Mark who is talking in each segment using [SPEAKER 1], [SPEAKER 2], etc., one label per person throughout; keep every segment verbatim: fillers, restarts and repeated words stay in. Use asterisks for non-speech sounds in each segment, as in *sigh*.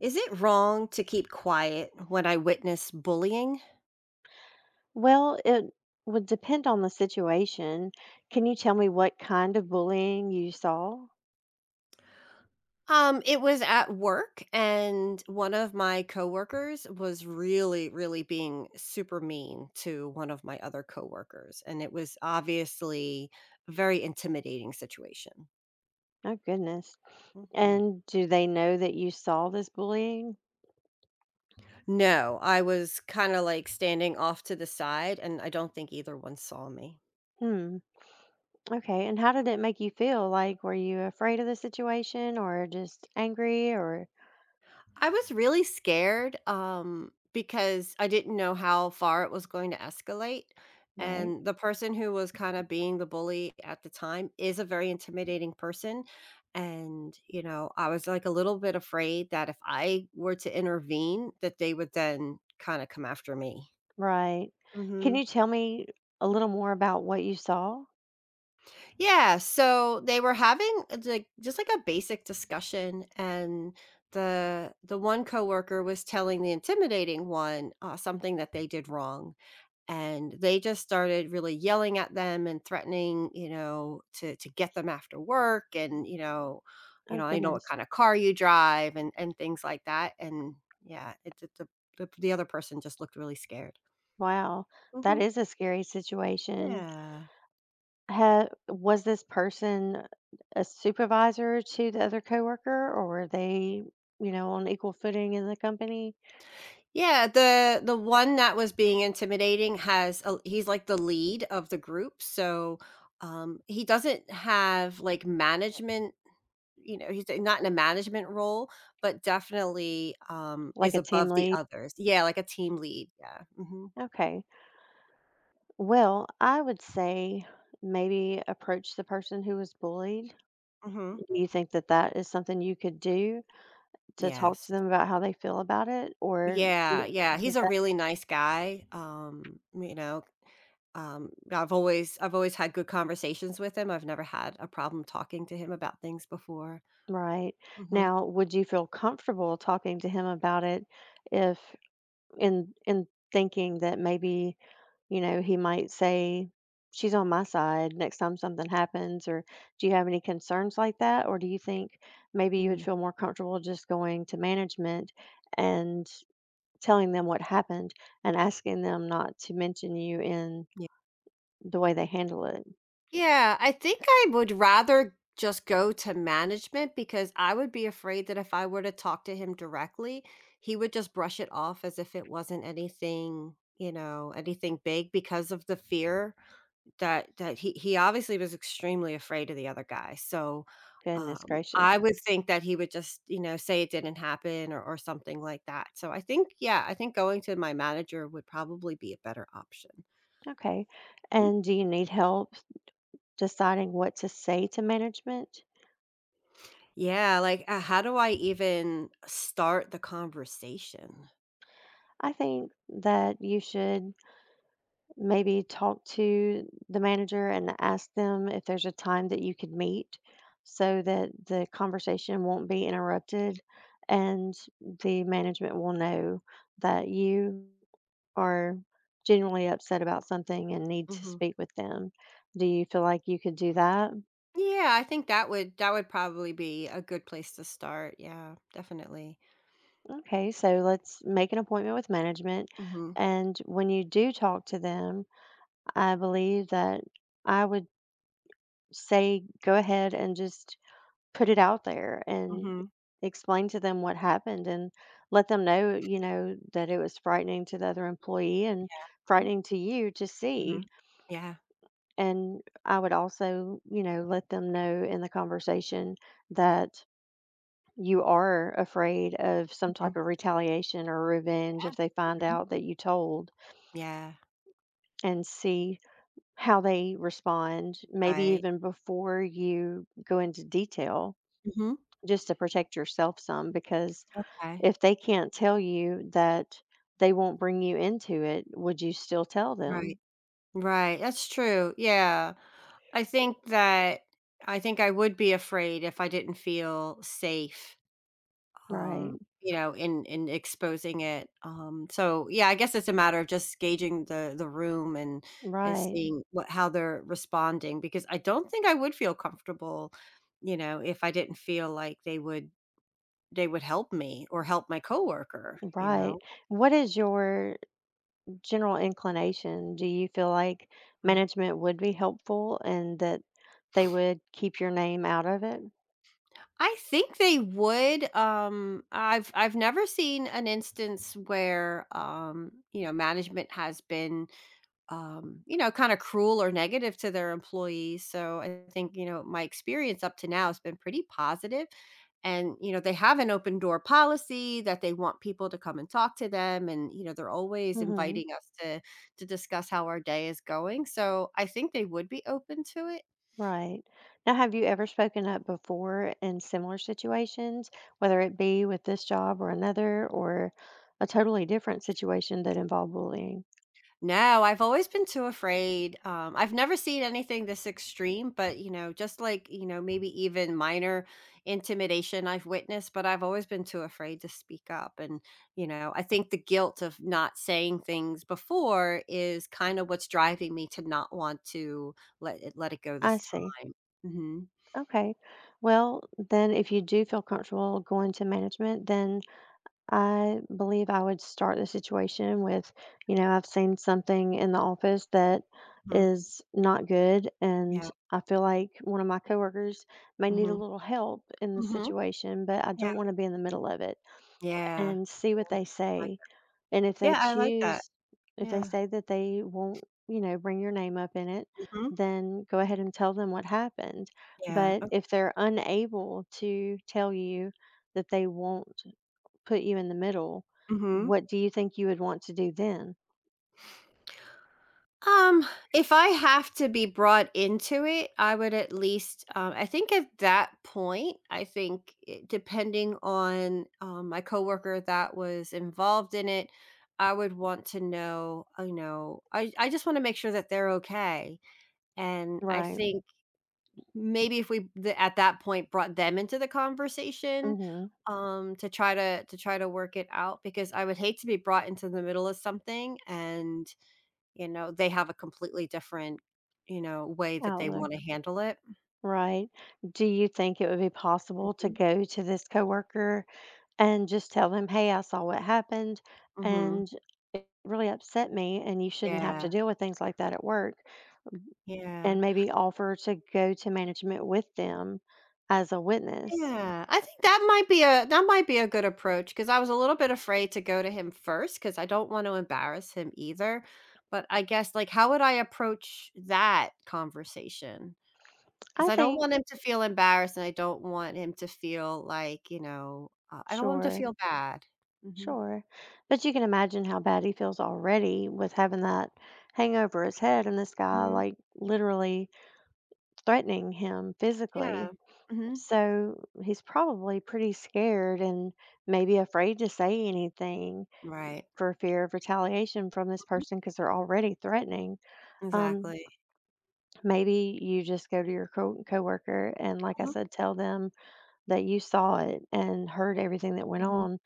[SPEAKER 1] Is it wrong to keep quiet when I witness bullying?
[SPEAKER 2] Well, it would depend on the situation. Can you tell me what kind of bullying you saw?
[SPEAKER 1] Um, it was at work and one of my coworkers was really, really being super mean to one of my other coworkers. And it was obviously a very intimidating situation.
[SPEAKER 2] Oh, goodness.
[SPEAKER 1] Mhm.
[SPEAKER 2] And do they know that you saw this bullying?
[SPEAKER 1] No, I was kind of like standing off to the side and I don't think either one saw me.
[SPEAKER 2] Hmm. Okay. And how did it make you feel? Like, were you afraid of the situation or just angry or?
[SPEAKER 1] I was really scared um, because I didn't know how far it was going to escalate.
[SPEAKER 2] Right.
[SPEAKER 1] And the person who was kind of being the bully at the time is a very intimidating person. And, you know, I was like a little bit afraid that if I were to intervene, that they would then kind of come after me.
[SPEAKER 2] Right. Can
[SPEAKER 1] Hmm.
[SPEAKER 2] you tell me a little more about what you saw?
[SPEAKER 1] Yeah, so they were having, uh, like, just, like, a basic discussion, and the the one coworker was telling the intimidating one, uh, something that they did wrong, and they just started really yelling at them and threatening, you know, to to get them after work and, you know you
[SPEAKER 2] Oh,
[SPEAKER 1] know, "I know what
[SPEAKER 2] goodness.
[SPEAKER 1] kinda car you drive," and and things like that, and yeah, it the the the the other person just looked really scared.
[SPEAKER 2] Wow. That
[SPEAKER 1] Mhm.
[SPEAKER 2] is a scary situation.
[SPEAKER 1] Yeah.
[SPEAKER 2] Ha was this person a supervisor to the other coworker, or were they, you know, on equal footing in the company,
[SPEAKER 1] Yeah, the the one that was being intimidating has a he's like the lead of the group, so, um, he doesn't have, like, management you know, he's uh, not in a management role, but definitely, um,
[SPEAKER 2] like
[SPEAKER 1] is
[SPEAKER 2] a team
[SPEAKER 1] above the
[SPEAKER 2] lead?
[SPEAKER 1] others. Yeah, like a team lead, yeah, mhm,
[SPEAKER 2] Okay. Well, I would say maybe approach the person who was bullied.
[SPEAKER 1] mhm,
[SPEAKER 2] Do you think that that is something you could do to talk to
[SPEAKER 1] yes.
[SPEAKER 2] them about how they feel about it? Or do
[SPEAKER 1] Yeah,
[SPEAKER 2] you-
[SPEAKER 1] yeah, he's
[SPEAKER 2] does
[SPEAKER 1] a
[SPEAKER 2] that,
[SPEAKER 1] really nice guy, um, you know, um, I've always I've always had good conversations with him. I've never had a problem talking to him about things before.
[SPEAKER 2] right.
[SPEAKER 1] Mhm,
[SPEAKER 2] Now, would you feel comfortable talking to him about it if in in thinking that maybe you know, he might say, "She's on my side next time something happens," or do you have any concerns like that? Or do you think maybe you would
[SPEAKER 1] mm,
[SPEAKER 2] feel more comfortable just going to management and telling them what happened and asking them not to mention you in
[SPEAKER 1] yeah.
[SPEAKER 2] the way they handle it?
[SPEAKER 1] Yeah, I think I would rather just go to management because I would be afraid that if I were to talk to him directly, he would just brush it off as if it wasn't anything, you know, anything big because of the fear that that he he obviously was extremely afraid of the other guy. So
[SPEAKER 2] Goodness
[SPEAKER 1] um I
[SPEAKER 2] gracious.
[SPEAKER 1] would think that he would just, you know, say it didn't happen or, or something like that. So I think, yeah, I think going to my manager would probably be a better option.
[SPEAKER 2] Okay. And do you need help deciding what to say to management?
[SPEAKER 1] Yeah, like, uh, how do I even start the conversation?
[SPEAKER 2] I think that you should maybe talk to the manager and ask them if there's a time that you could meet so that the conversation won't be interrupted and the management will know that you are genuinely upset about something and need to
[SPEAKER 1] Mhm.
[SPEAKER 2] speak with them. Do you feel like you could do that?
[SPEAKER 1] Yeah, I think that would that would probably be a good place to start. Yeah, definitely.
[SPEAKER 2] Okay, so let's make an appointment with management.
[SPEAKER 1] Mhm.
[SPEAKER 2] And when you do talk to them, I believe that I would say go ahead and just put it out there and
[SPEAKER 1] Mhm.
[SPEAKER 2] explain to them what happened and let them know, you know, that it was frightening to the other employee and
[SPEAKER 1] Mhm.
[SPEAKER 2] frightening to you to see.
[SPEAKER 1] Mhm. Yeah.
[SPEAKER 2] And I would also, you know, let them know in the conversation that you are afraid of some
[SPEAKER 1] Mhm.
[SPEAKER 2] type of retaliation or revenge
[SPEAKER 1] Yeah.
[SPEAKER 2] if they find
[SPEAKER 1] Mhm.
[SPEAKER 2] out that you told
[SPEAKER 1] Yeah,
[SPEAKER 2] and see how they respond, maybe
[SPEAKER 1] right.
[SPEAKER 2] even before you go into detail,
[SPEAKER 1] Mhm.
[SPEAKER 2] just to protect yourself some because
[SPEAKER 1] Okay.
[SPEAKER 2] if they can't tell you that they won't bring you into it, would you still tell
[SPEAKER 1] Right.
[SPEAKER 2] them?
[SPEAKER 1] Right, that's true. Yeah. I think that I think I would be afraid if I didn't feel safe,
[SPEAKER 2] Right,
[SPEAKER 1] um, you know, in in exposing it, um, so, yeah, I guess it's a matter of just gauging the the room and and
[SPEAKER 2] right,
[SPEAKER 1] seeing what how they're responding, because I don't think I would feel comfortable, you know, if I didn't feel like they would they would help me or help my coworker, you
[SPEAKER 2] right.
[SPEAKER 1] know?
[SPEAKER 2] What is your general inclination? Do you feel like
[SPEAKER 1] Mm.
[SPEAKER 2] management would be helpful and that they would keep your name out of it?
[SPEAKER 1] I think they would. Um, I've I've never seen an instance where, um, you know, management has been um, you know, kind of cruel or negative to their employees. So I think, you know, my experience up to now has been pretty positive. And, you know, they have an open door policy that they want people to come and talk to them. And, you know, they're always
[SPEAKER 2] Hmm.
[SPEAKER 1] inviting us to to discuss how our day is going. So I think they would be open to it.
[SPEAKER 2] Right. Now, have you ever spoken up before in similar situations, whether it be with this job or another, or a totally different situation that involved bullying?
[SPEAKER 1] No, I've always been too afraid. Um, I've never seen anything this extreme, but you know, just like, you know, maybe even minor intimidation I've witnessed, but I've always been too afraid to speak up. And, you know, I think the guilt of not saying things before is kind of what's driving me to not want to let it let it go
[SPEAKER 2] I
[SPEAKER 1] this time.
[SPEAKER 2] see.
[SPEAKER 1] Hmm.
[SPEAKER 2] Okay. Well, then if you do feel comfortable going to management, then I believe I would start the situation with, you know, "I've seen something in the office that
[SPEAKER 1] Hmm.
[SPEAKER 2] is not good, and
[SPEAKER 1] Yeah.
[SPEAKER 2] I feel like one of my coworkers may need a
[SPEAKER 1] Hmm.
[SPEAKER 2] little help in the
[SPEAKER 1] Hmm.
[SPEAKER 2] situation, but I
[SPEAKER 1] Yeah.
[SPEAKER 2] don't want to be in the middle of it,"
[SPEAKER 1] Yeah.
[SPEAKER 2] and see what they
[SPEAKER 1] I like
[SPEAKER 2] say.
[SPEAKER 1] that.
[SPEAKER 2] And if they
[SPEAKER 1] Yeah, I like that.
[SPEAKER 2] choose if they
[SPEAKER 1] Yeah.
[SPEAKER 2] say that they won't, you know, bring your name up in it,
[SPEAKER 1] Hmm.
[SPEAKER 2] then go ahead and tell them what happened.
[SPEAKER 1] Yeah.
[SPEAKER 2] But if they're unable to tell you that they won't put you in the middle,
[SPEAKER 1] Mm-hmm.
[SPEAKER 2] what do you think you would want to do then?
[SPEAKER 1] Um, if I have to be brought into it, I would at least, um, I think at that point, I think it- depending on um, my coworker that was involved in it, I would want to know, uh, you know, I, I just want to make sure that they're okay. And I
[SPEAKER 2] Right.
[SPEAKER 1] think maybe if we th- at that point brought them into the conversation
[SPEAKER 2] Mhm.
[SPEAKER 1] um to try to to try to work it out because I would hate to be brought into the middle of something and you know, they have a completely different, you know, way that they
[SPEAKER 2] Outlook.
[SPEAKER 1] wanna handle it.
[SPEAKER 2] Right. Do you think it would be possible to
[SPEAKER 1] Mhm,
[SPEAKER 2] go to this coworker and just tell them, "Hey, I saw what happened,
[SPEAKER 1] mhm.
[SPEAKER 2] and it really upset me, and you shouldn't have to
[SPEAKER 1] Yeah,
[SPEAKER 2] deal with things like that at work,"
[SPEAKER 1] yeah.
[SPEAKER 2] and maybe offer to go to management with them as a witness?
[SPEAKER 1] Yeah, I think that might be a that might be a good approach because I was a little bit afraid to go to him first because I don't want to embarrass him either, but I guess, like, how would I approach that conversation? Because
[SPEAKER 2] I
[SPEAKER 1] I don't
[SPEAKER 2] think
[SPEAKER 1] want him to feel embarrassed, and I don't want him to feel like, you know, uh, I don't want him to
[SPEAKER 2] sure,
[SPEAKER 1] feel bad. Mhm,
[SPEAKER 2] sure, but you can imagine how bad he feels already with having that hang over his head and this guy,
[SPEAKER 1] mhm,
[SPEAKER 2] like, literally threatening him
[SPEAKER 1] yeah,
[SPEAKER 2] physically.
[SPEAKER 1] mhm.
[SPEAKER 2] So he's probably pretty scared and maybe afraid to say anything
[SPEAKER 1] Right,
[SPEAKER 2] for fear of retaliation from this
[SPEAKER 1] mhm,
[SPEAKER 2] person because they're already threatening. Um,
[SPEAKER 1] exactly.
[SPEAKER 2] maybe you just go to your co- coworker and, like I
[SPEAKER 1] Mhm,
[SPEAKER 2] said, tell them that you saw it and heard everything that went
[SPEAKER 1] mhm.
[SPEAKER 2] on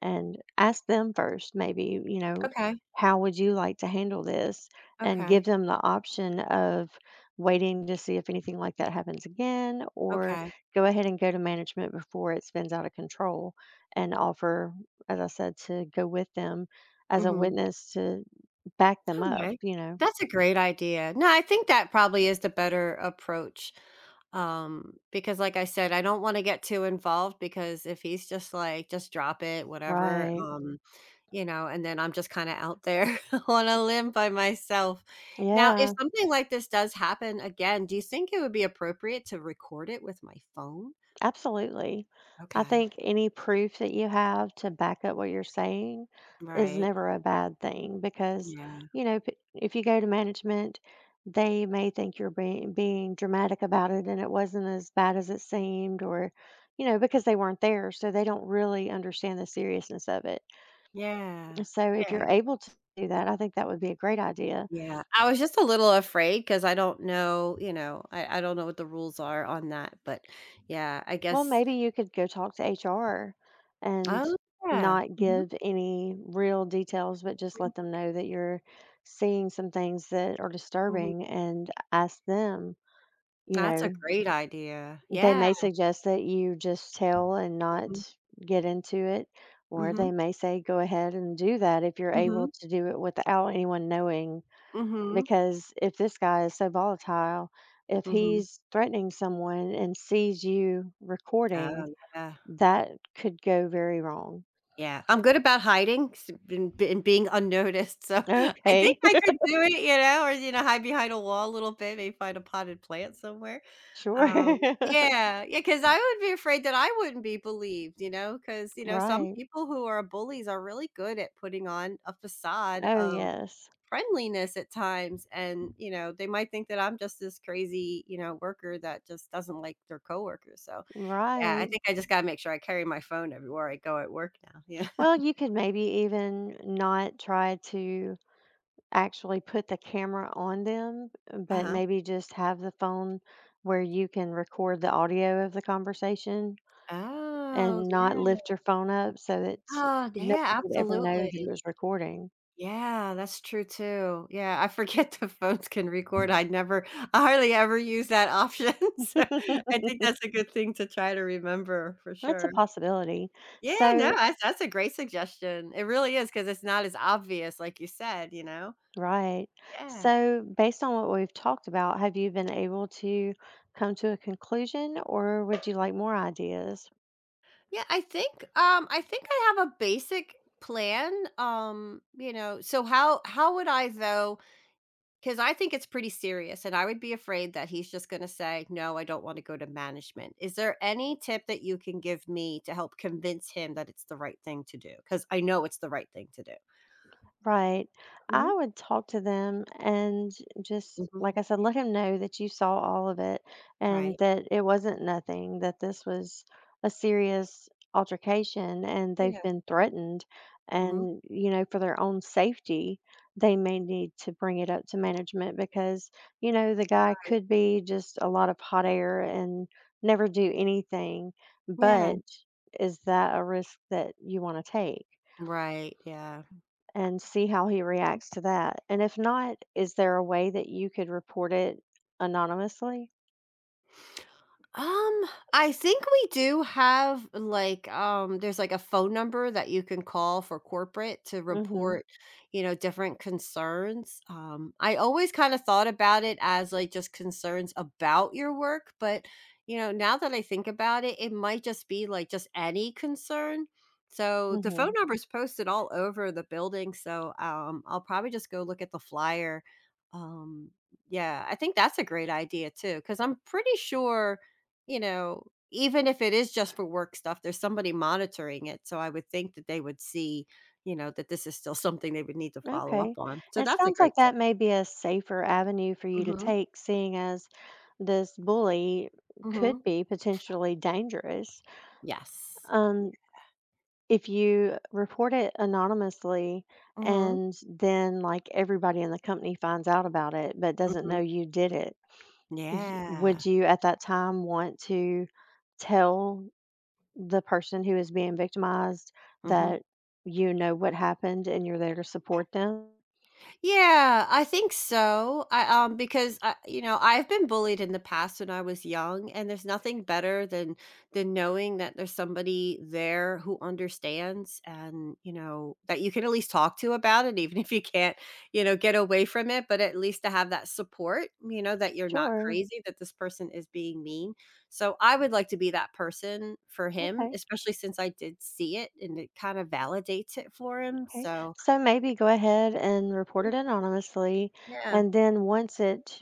[SPEAKER 2] and ask them first maybe, you know,
[SPEAKER 1] Okay,
[SPEAKER 2] how would you like to handle this, and give
[SPEAKER 1] okay,
[SPEAKER 2] them the option of waiting to see if anything like that happens again or
[SPEAKER 1] okay.
[SPEAKER 2] go ahead and go to management before it spins out of control and offer, as I said, to go with them as a
[SPEAKER 1] Mhm.
[SPEAKER 2] witness to back them up,
[SPEAKER 1] Okay.
[SPEAKER 2] you know?
[SPEAKER 1] That's a great idea. No, I think that probably is the better approach, um, because like I said, I don't wanna get too involved because if he's just like, "Just drop it, whatever,"
[SPEAKER 2] Right.
[SPEAKER 1] um, you know, and then I'm just kinda out there *laughs* on a limb by myself. Now, if
[SPEAKER 2] Yeah.
[SPEAKER 1] something like this does happen again, do you think it would be appropriate to record it with my phone?
[SPEAKER 2] Absolutely. I
[SPEAKER 1] Okay.
[SPEAKER 2] think any proof that you have to back up what you're saying is
[SPEAKER 1] Right.
[SPEAKER 2] never a bad thing because,
[SPEAKER 1] Yeah.
[SPEAKER 2] you know, p- if you go to management, they may think you're being, being dramatic about it and it wasn't as bad as it seemed, or, you know, because they weren't there. So they don't really understand the seriousness of it.
[SPEAKER 1] Yeah.
[SPEAKER 2] So if
[SPEAKER 1] Yeah.
[SPEAKER 2] you're able to do that, I think that would be a great idea.
[SPEAKER 1] Yeah, I was just a little afraid because I don't know, you know, I I don't know what the rules are on that, but yeah, I
[SPEAKER 2] Well,
[SPEAKER 1] guess
[SPEAKER 2] maybe you could go talk to H R and
[SPEAKER 1] Oh, yeah.
[SPEAKER 2] not
[SPEAKER 1] Mhm,
[SPEAKER 2] give any real details, but just
[SPEAKER 1] mhm,
[SPEAKER 2] let them know that you're seeing some things that are
[SPEAKER 1] mhm.
[SPEAKER 2] disturbing and ask them. You
[SPEAKER 1] That's a
[SPEAKER 2] know,
[SPEAKER 1] great idea.
[SPEAKER 2] they
[SPEAKER 1] Yeah.
[SPEAKER 2] may suggest that you just tell and
[SPEAKER 1] Mhm,
[SPEAKER 2] not get into it, or they
[SPEAKER 1] mhm,
[SPEAKER 2] may say go ahead and do that if you're able
[SPEAKER 1] mhm,
[SPEAKER 2] to do it without anyone knowing.
[SPEAKER 1] mhm,
[SPEAKER 2] Because if this guy is so volatile, if
[SPEAKER 1] mhm.
[SPEAKER 2] he's threatening someone and sees you recording,
[SPEAKER 1] Oh, yeah.
[SPEAKER 2] that could go very wrong.
[SPEAKER 1] Yeah, I'm good about hiding s and b and being unnoticed, so *laughs* I think
[SPEAKER 2] Okay.
[SPEAKER 1] I
[SPEAKER 2] *laughs*
[SPEAKER 1] could do it, you know, or, you know, hide behind a wall a little bit, maybe find a potted plant somewhere.
[SPEAKER 2] Sure.
[SPEAKER 1] Um,
[SPEAKER 2] *laughs*
[SPEAKER 1] yeah. Yeah. Because I would be afraid that I wouldn't be believed, you know. Because you know, some
[SPEAKER 2] Right.
[SPEAKER 1] people who are bullies are really good at putting on a facade
[SPEAKER 2] Oh,
[SPEAKER 1] of
[SPEAKER 2] yes.
[SPEAKER 1] friendliness at times, and, you know, they might think that I'm just this crazy, you know, worker that just doesn't like their coworkers, so, yeah, I
[SPEAKER 2] Right.
[SPEAKER 1] think I just gotta make sure I carry my phone everywhere I go at work now, yeah. *laughs*
[SPEAKER 2] Well, you could maybe even not try to actually put the camera on them, but
[SPEAKER 1] Uh-huh.
[SPEAKER 2] maybe just have the phone where you can record the audio of the conversation
[SPEAKER 1] Oh,
[SPEAKER 2] and not
[SPEAKER 1] yeah.
[SPEAKER 2] lift your phone up so that
[SPEAKER 1] Oh, yeah,
[SPEAKER 2] nobody would ever know that it
[SPEAKER 1] absolutely.
[SPEAKER 2] was recording.
[SPEAKER 1] Yeah, that's true too. Yeah, I forget the phones can record. I never I hardly ever use that option, *laughs* so I
[SPEAKER 2] *laughs*
[SPEAKER 1] think that's a good thing to try to remember for
[SPEAKER 2] That's a
[SPEAKER 1] sure.
[SPEAKER 2] possibility.
[SPEAKER 1] Yeah, no,
[SPEAKER 2] So,
[SPEAKER 1] that's that's a great suggestion. It really is because it's not as obvious like you said, you know?
[SPEAKER 2] right.
[SPEAKER 1] Yeah.
[SPEAKER 2] So, based on what we've talked about, have you been able to come to a conclusion or would you like more ideas?
[SPEAKER 1] Yeah, I think, um, I think I have a basic plan, um, you know, so how how would I though 'cause I think it's pretty serious, and I would be afraid that he's just gonna say, "No, I don't wanna go to management." Is there any tip that you can give me to help convince him that it's the right thing to do? Because I know it's the right thing to do.
[SPEAKER 2] Right.
[SPEAKER 1] Mhm,
[SPEAKER 2] I would talk to them and just,
[SPEAKER 1] mhm,
[SPEAKER 2] like I said, let him know that you saw all of it and
[SPEAKER 1] right.
[SPEAKER 2] that it wasn't nothing, that this was a serious altercation and they've
[SPEAKER 1] Yeah.
[SPEAKER 2] been threatened.
[SPEAKER 1] Mhm.
[SPEAKER 2] And, you know, for their own safety, they may need to bring it up to management because, you know, the guy could be just a lot of hot air and never do anything.
[SPEAKER 1] Yeah.
[SPEAKER 2] But is that a risk that you want to take?
[SPEAKER 1] Right, yeah.
[SPEAKER 2] And see how he reacts to that. And if not, is there a way that you could report it anonymously?
[SPEAKER 1] Um, I think we do have like um there's like a phone number that you can call for corporate to
[SPEAKER 2] Mhm,
[SPEAKER 1] report, you know, different concerns. Um I always kind of thought about it as like just concerns about your work, but you know, now that I think about it, it might just be like just any concern. So the phone
[SPEAKER 2] mhm.
[SPEAKER 1] number is posted all over the building, so um I'll probably just go look at the flyer. Um yeah, I think that's a great idea too, because I'm pretty sure, you know, even if it is just for work stuff, there's somebody monitoring it. So I would think that they would see, you know, that this is still something they would need to follow up
[SPEAKER 2] Okay.
[SPEAKER 1] on. So
[SPEAKER 2] And it
[SPEAKER 1] that's a
[SPEAKER 2] sounds like
[SPEAKER 1] great tip.
[SPEAKER 2] that may be a safer avenue for you to
[SPEAKER 1] Mhm.
[SPEAKER 2] take, seeing as this bully could
[SPEAKER 1] Mhm.
[SPEAKER 2] be potentially dangerous.
[SPEAKER 1] Yes. Yeah.
[SPEAKER 2] Um, if you report it anonymously
[SPEAKER 1] Mhm.
[SPEAKER 2] and then like everybody in the company finds out about it but doesn't know
[SPEAKER 1] Mhm.
[SPEAKER 2] you did it, y-
[SPEAKER 1] Yeah.
[SPEAKER 2] would you at that time want to tell the person who is being victimized that
[SPEAKER 1] Mhm.
[SPEAKER 2] you know what happened and you're there to support them?
[SPEAKER 1] Yeah, I think so. I um because I, you know, I've been bullied in the past when I was young and there's nothing better than than knowing that there's somebody there who understands and, you know, that you can at least talk to about it even *laughs* if you can't, you know, get away from it, but at least to have that support, you know, that you're not
[SPEAKER 2] Sure.
[SPEAKER 1] crazy, that this person is being mean. So I would like to be that person for him,
[SPEAKER 2] Okay.
[SPEAKER 1] especially since I did see it and it kind of validates it for him.
[SPEAKER 2] Okay.
[SPEAKER 1] So,
[SPEAKER 2] So maybe go ahead and report it anonymously.
[SPEAKER 1] yeah.
[SPEAKER 2] And then once it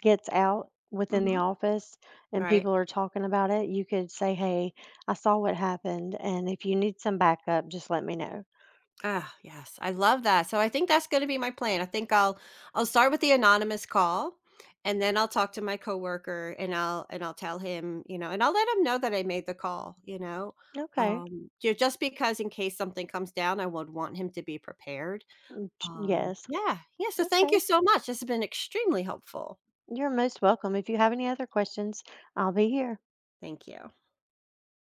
[SPEAKER 2] gets out within the
[SPEAKER 1] Mhm.
[SPEAKER 2] office and
[SPEAKER 1] Right.
[SPEAKER 2] people are talking about it, you could say, "Hey, I saw what happened. And if you need some backup, just let me know."
[SPEAKER 1] Ah, yes. I love that. So I think that's gonna be my plan. I think I'll I'll start with the anonymous call and then I'll talk to my coworker and I'll and I'll tell him, you know, and I'll let him know that I made the call, you know.
[SPEAKER 2] Okay.
[SPEAKER 1] Um ju- just because in case something comes down, I would want him to be prepared. Um
[SPEAKER 2] Yes.
[SPEAKER 1] yeah. Yeah, so thank
[SPEAKER 2] Okay.
[SPEAKER 1] you so much. This has been extremely helpful.
[SPEAKER 2] You're most welcome. If you have any other questions, I'll be here.
[SPEAKER 1] Thank you.